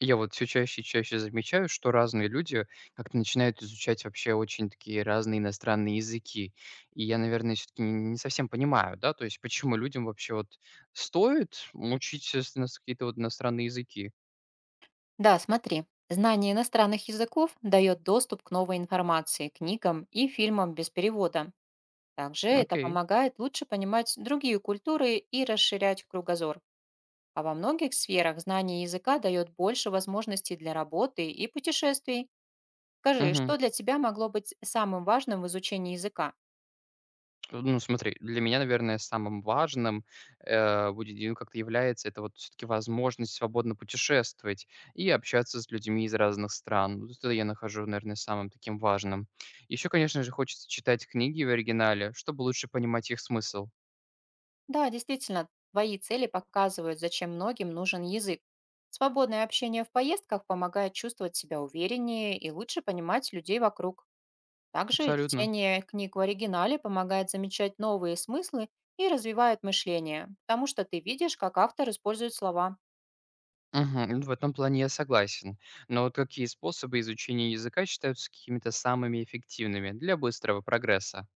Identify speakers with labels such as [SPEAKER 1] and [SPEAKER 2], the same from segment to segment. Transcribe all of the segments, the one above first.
[SPEAKER 1] Я вот все чаще и чаще замечаю, что разные люди как-то начинают изучать вообще очень такие разные иностранные языки. И я, наверное, все таки не совсем понимаю, да, то есть почему людям вообще вот стоит учить, естественно, какие-то вот иностранные языки.
[SPEAKER 2] Да, смотри. Знание иностранных языков дает доступ к новой информации, книгам и фильмам без перевода. Также это
[SPEAKER 1] Окей.
[SPEAKER 2] помогает лучше понимать другие культуры и расширять кругозор. А во многих сферах знание языка дает больше возможностей для работы и путешествий. Скажи,
[SPEAKER 1] Мгм.
[SPEAKER 2] что для тебя могло быть самым важным в изучении языка?
[SPEAKER 1] Ну, смотри, для меня, наверное, самым важным, будет, ну, как-то является это вот все таки возможность свободно путешествовать и общаться с людьми из разных стран. Вот это я нахожу, наверное, самым таким важным. Еще, конечно же, хочется читать книги в оригинале, чтобы лучше понимать их смысл.
[SPEAKER 2] Да, действительно, твои цели показывают, зачем многим нужен язык. Свободное общение в поездках помогает чувствовать себя увереннее и лучше понимать людей вокруг. Также
[SPEAKER 1] Абсолютно.
[SPEAKER 2] чтение книг в оригинале помогает замечать новые смыслы и развивает мышление, потому что ты видишь, как автор использует слова.
[SPEAKER 1] Мгм. Ну, в этом плане я согласен. Но вот какие способы изучения языка считаются какими-то самыми эффективными для быстрого прогресса?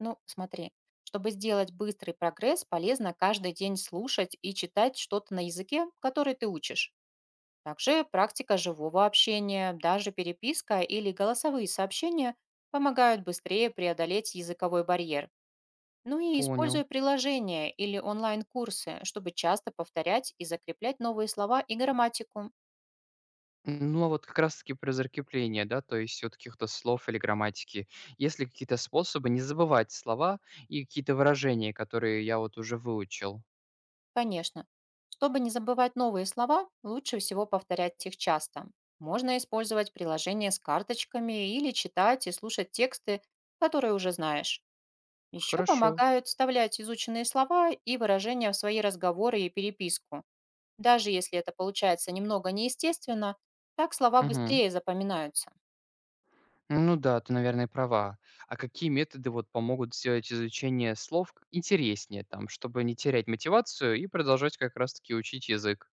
[SPEAKER 2] Ну, смотри, чтобы сделать быстрый прогресс, полезно каждый день слушать и читать что-то на языке, который ты учишь. Также практика живого общения, даже переписка или голосовые сообщения помогают быстрее преодолеть языковой барьер. Ну и
[SPEAKER 1] Понял.
[SPEAKER 2] используя приложения или онлайн-курсы, чтобы часто повторять и закреплять новые слова и грамматику.
[SPEAKER 1] Ну, а вот как раз-таки про закрепление, да, то есть от каких-то слов или грамматики. Есть ли какие-то способы не забывать слова и какие-то выражения, которые я вот уже выучил?
[SPEAKER 2] Конечно. Чтобы не забывать новые слова, лучше всего повторять их часто. Можно использовать приложение с карточками или читать и слушать тексты, которые уже знаешь. Еще
[SPEAKER 1] Хорошо.
[SPEAKER 2] помогают вставлять изученные слова и выражения в свои разговоры и переписку. Даже если это получается немного неестественно, так слова
[SPEAKER 1] Мгм.
[SPEAKER 2] быстрее запоминаются.
[SPEAKER 1] Ну да, ты, наверное, права. А какие методы вот помогут сделать изучение слов интереснее, там, чтобы не терять мотивацию и продолжать как раз-таки учить язык?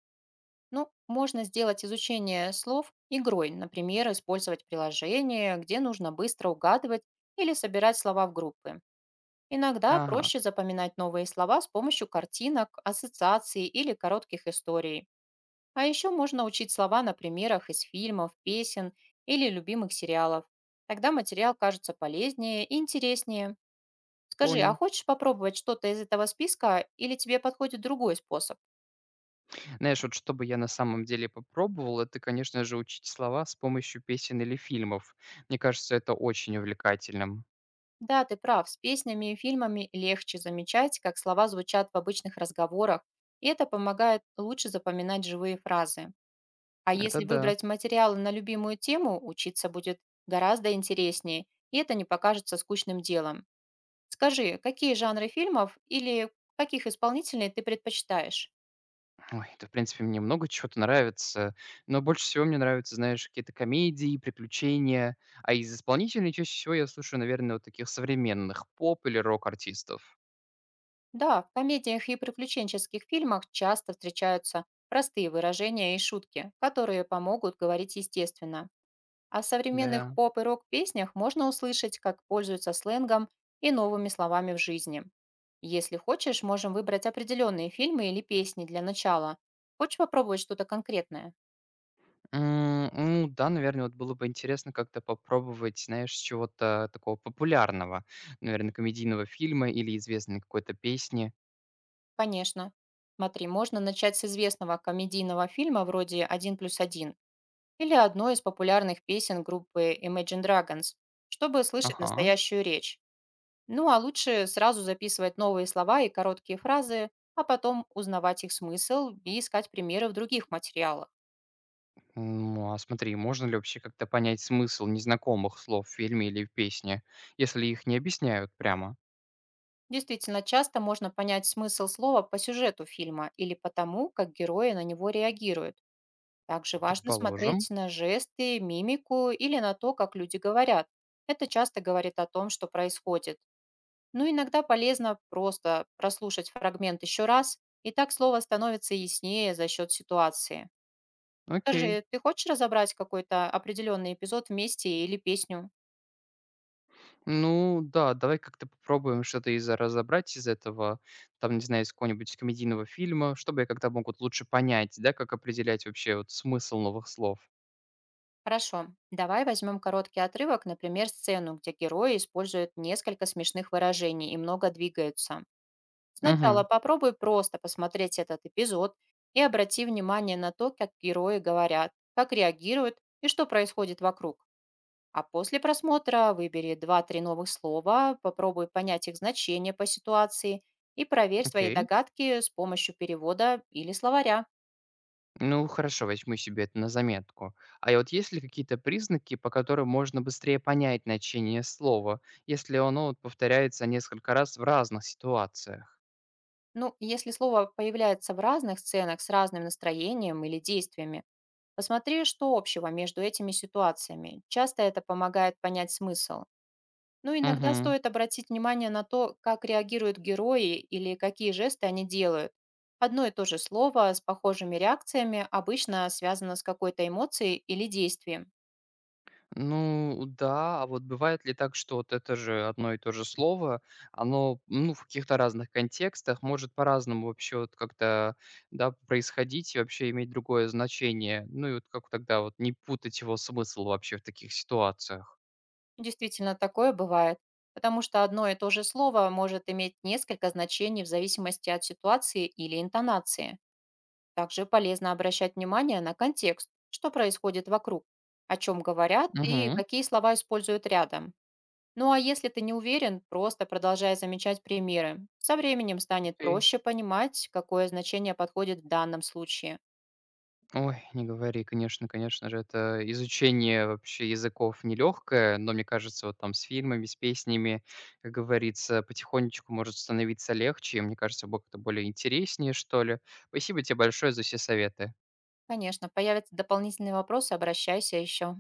[SPEAKER 2] Ну, можно сделать изучение слов игрой, например, использовать приложение, где нужно быстро угадывать или собирать слова в группы. Иногда
[SPEAKER 1] Ага,
[SPEAKER 2] проще запоминать новые слова с помощью картинок, ассоциаций или коротких историй. А еще можно учить слова на примерах из фильмов, песен или любимых сериалов. Тогда материал кажется полезнее и интереснее. Скажи, а
[SPEAKER 1] понял.
[SPEAKER 2] хочешь попробовать что-то из этого списка или тебе подходит другой способ?
[SPEAKER 1] Знаешь, вот что бы я на самом деле попробовал, это, конечно же, учить слова с помощью песен или фильмов. Мне кажется, это очень увлекательным.
[SPEAKER 2] Да, ты прав, с песнями и фильмами легче замечать, как слова звучат в обычных разговорах, и это помогает лучше запоминать живые фразы. А
[SPEAKER 1] Это
[SPEAKER 2] если
[SPEAKER 1] да.
[SPEAKER 2] выбрать материалы на любимую тему, учиться будет гораздо интереснее, и это не покажется скучным делом. Скажи, какие жанры фильмов или каких исполнителей ты предпочитаешь?
[SPEAKER 1] Ой, это, в принципе, мне много чего-то нравится, но больше всего мне нравятся, знаешь, какие-то комедии, приключения. А из исполнителей чаще всего я слушаю, наверное, вот таких современных поп или рок-артистов.
[SPEAKER 2] Да, в комедиях и приключенческих фильмах часто встречаются простые выражения и шутки, которые помогут говорить естественно. А в современных
[SPEAKER 1] Да.
[SPEAKER 2] поп и рок-песнях можно услышать, как пользуются сленгом и новыми словами в жизни. Если хочешь, можем выбрать определенные фильмы или песни для начала. Хочешь попробовать что-то конкретное?
[SPEAKER 1] Ну да, наверное, вот было бы интересно как-то попробовать, знаешь, чего-то такого популярного, наверное, комедийного фильма или известной какой-то песни.
[SPEAKER 2] Конечно. Смотри, можно начать с известного комедийного фильма вроде "Один плюс один" или одной из популярных песен группы Imagine Dragons, чтобы слышать
[SPEAKER 1] Ага.
[SPEAKER 2] настоящую речь. Ну а лучше сразу записывать новые слова и короткие фразы, а потом узнавать их смысл и искать примеры в других материалах.
[SPEAKER 1] Ну, а смотри, можно ли вообще как-то понять смысл незнакомых слов в фильме или в песне, если их не объясняют прямо?
[SPEAKER 2] Действительно, часто можно понять смысл слова по сюжету фильма или по тому, как герои на него реагируют. Также важно смотреть
[SPEAKER 1] Предположим.
[SPEAKER 2] на жесты, мимику или на то, как люди говорят. Это часто говорит о том, что происходит. Но иногда полезно просто прослушать фрагмент еще раз, и так слово становится яснее за счет ситуации.
[SPEAKER 1] Окей.
[SPEAKER 2] Скажи, ты хочешь разобрать какой-то определенный эпизод вместе или песню?
[SPEAKER 1] Ну, да, давай как-то попробуем что-то из разобрать из этого, там, не знаю, из какого-нибудь комедийного фильма, чтобы я как-то могут лучше понять, да, как определять вообще вот смысл новых слов.
[SPEAKER 2] Хорошо, давай возьмем короткий отрывок, например, сцену, где герои используют несколько смешных выражений и много двигаются. Сначала
[SPEAKER 1] Угу,
[SPEAKER 2] попробуй просто посмотреть этот эпизод и обрати внимание на то, как герои говорят, как реагируют и что происходит вокруг. А после просмотра выбери два-три новых слова, попробуй понять их значение по ситуации и проверь свои
[SPEAKER 1] окей.
[SPEAKER 2] догадки с помощью перевода или словаря.
[SPEAKER 1] Ну, хорошо, возьму себе это на заметку. А и вот есть ли какие-то признаки, по которым можно быстрее понять значение слова, если оно вот повторяется несколько раз в разных ситуациях?
[SPEAKER 2] Ну, если слово появляется в разных сценах с разным настроением или действиями, посмотри, что общего между этими ситуациями. Часто это помогает понять смысл. Ну, иногда
[SPEAKER 1] Угу.
[SPEAKER 2] стоит обратить внимание на то, как реагируют герои или какие жесты они делают. Одно и то же слово с похожими реакциями обычно связано с какой-то эмоцией или действием.
[SPEAKER 1] Ну, да, а вот бывает ли так, что вот это же одно и то же слово, оно, ну, в каких-то разных контекстах может по-разному вообще вот как-то, да, происходить и вообще иметь другое значение? Ну, и вот как тогда вот не путать его смысл вообще в таких ситуациях?
[SPEAKER 2] Действительно, такое бывает, потому что одно и то же слово может иметь несколько значений в зависимости от ситуации или интонации. Также полезно обращать внимание на контекст, что происходит вокруг, о чем говорят и
[SPEAKER 1] Угу.
[SPEAKER 2] какие слова используют рядом. Ну а если ты не уверен, просто продолжай замечать примеры. Со временем станет
[SPEAKER 1] Окей.
[SPEAKER 2] проще понимать, какое значение подходит в данном случае.
[SPEAKER 1] Ой, не говори, конечно, конечно же, это изучение вообще языков нелегкое, но мне кажется, вот там с фильмами, с песнями, как говорится, потихонечку может становиться легче, и мне кажется, будет как-то более интереснее, что ли. Спасибо тебе большое за все советы.
[SPEAKER 2] Конечно, появятся дополнительные вопросы, обращайся еще.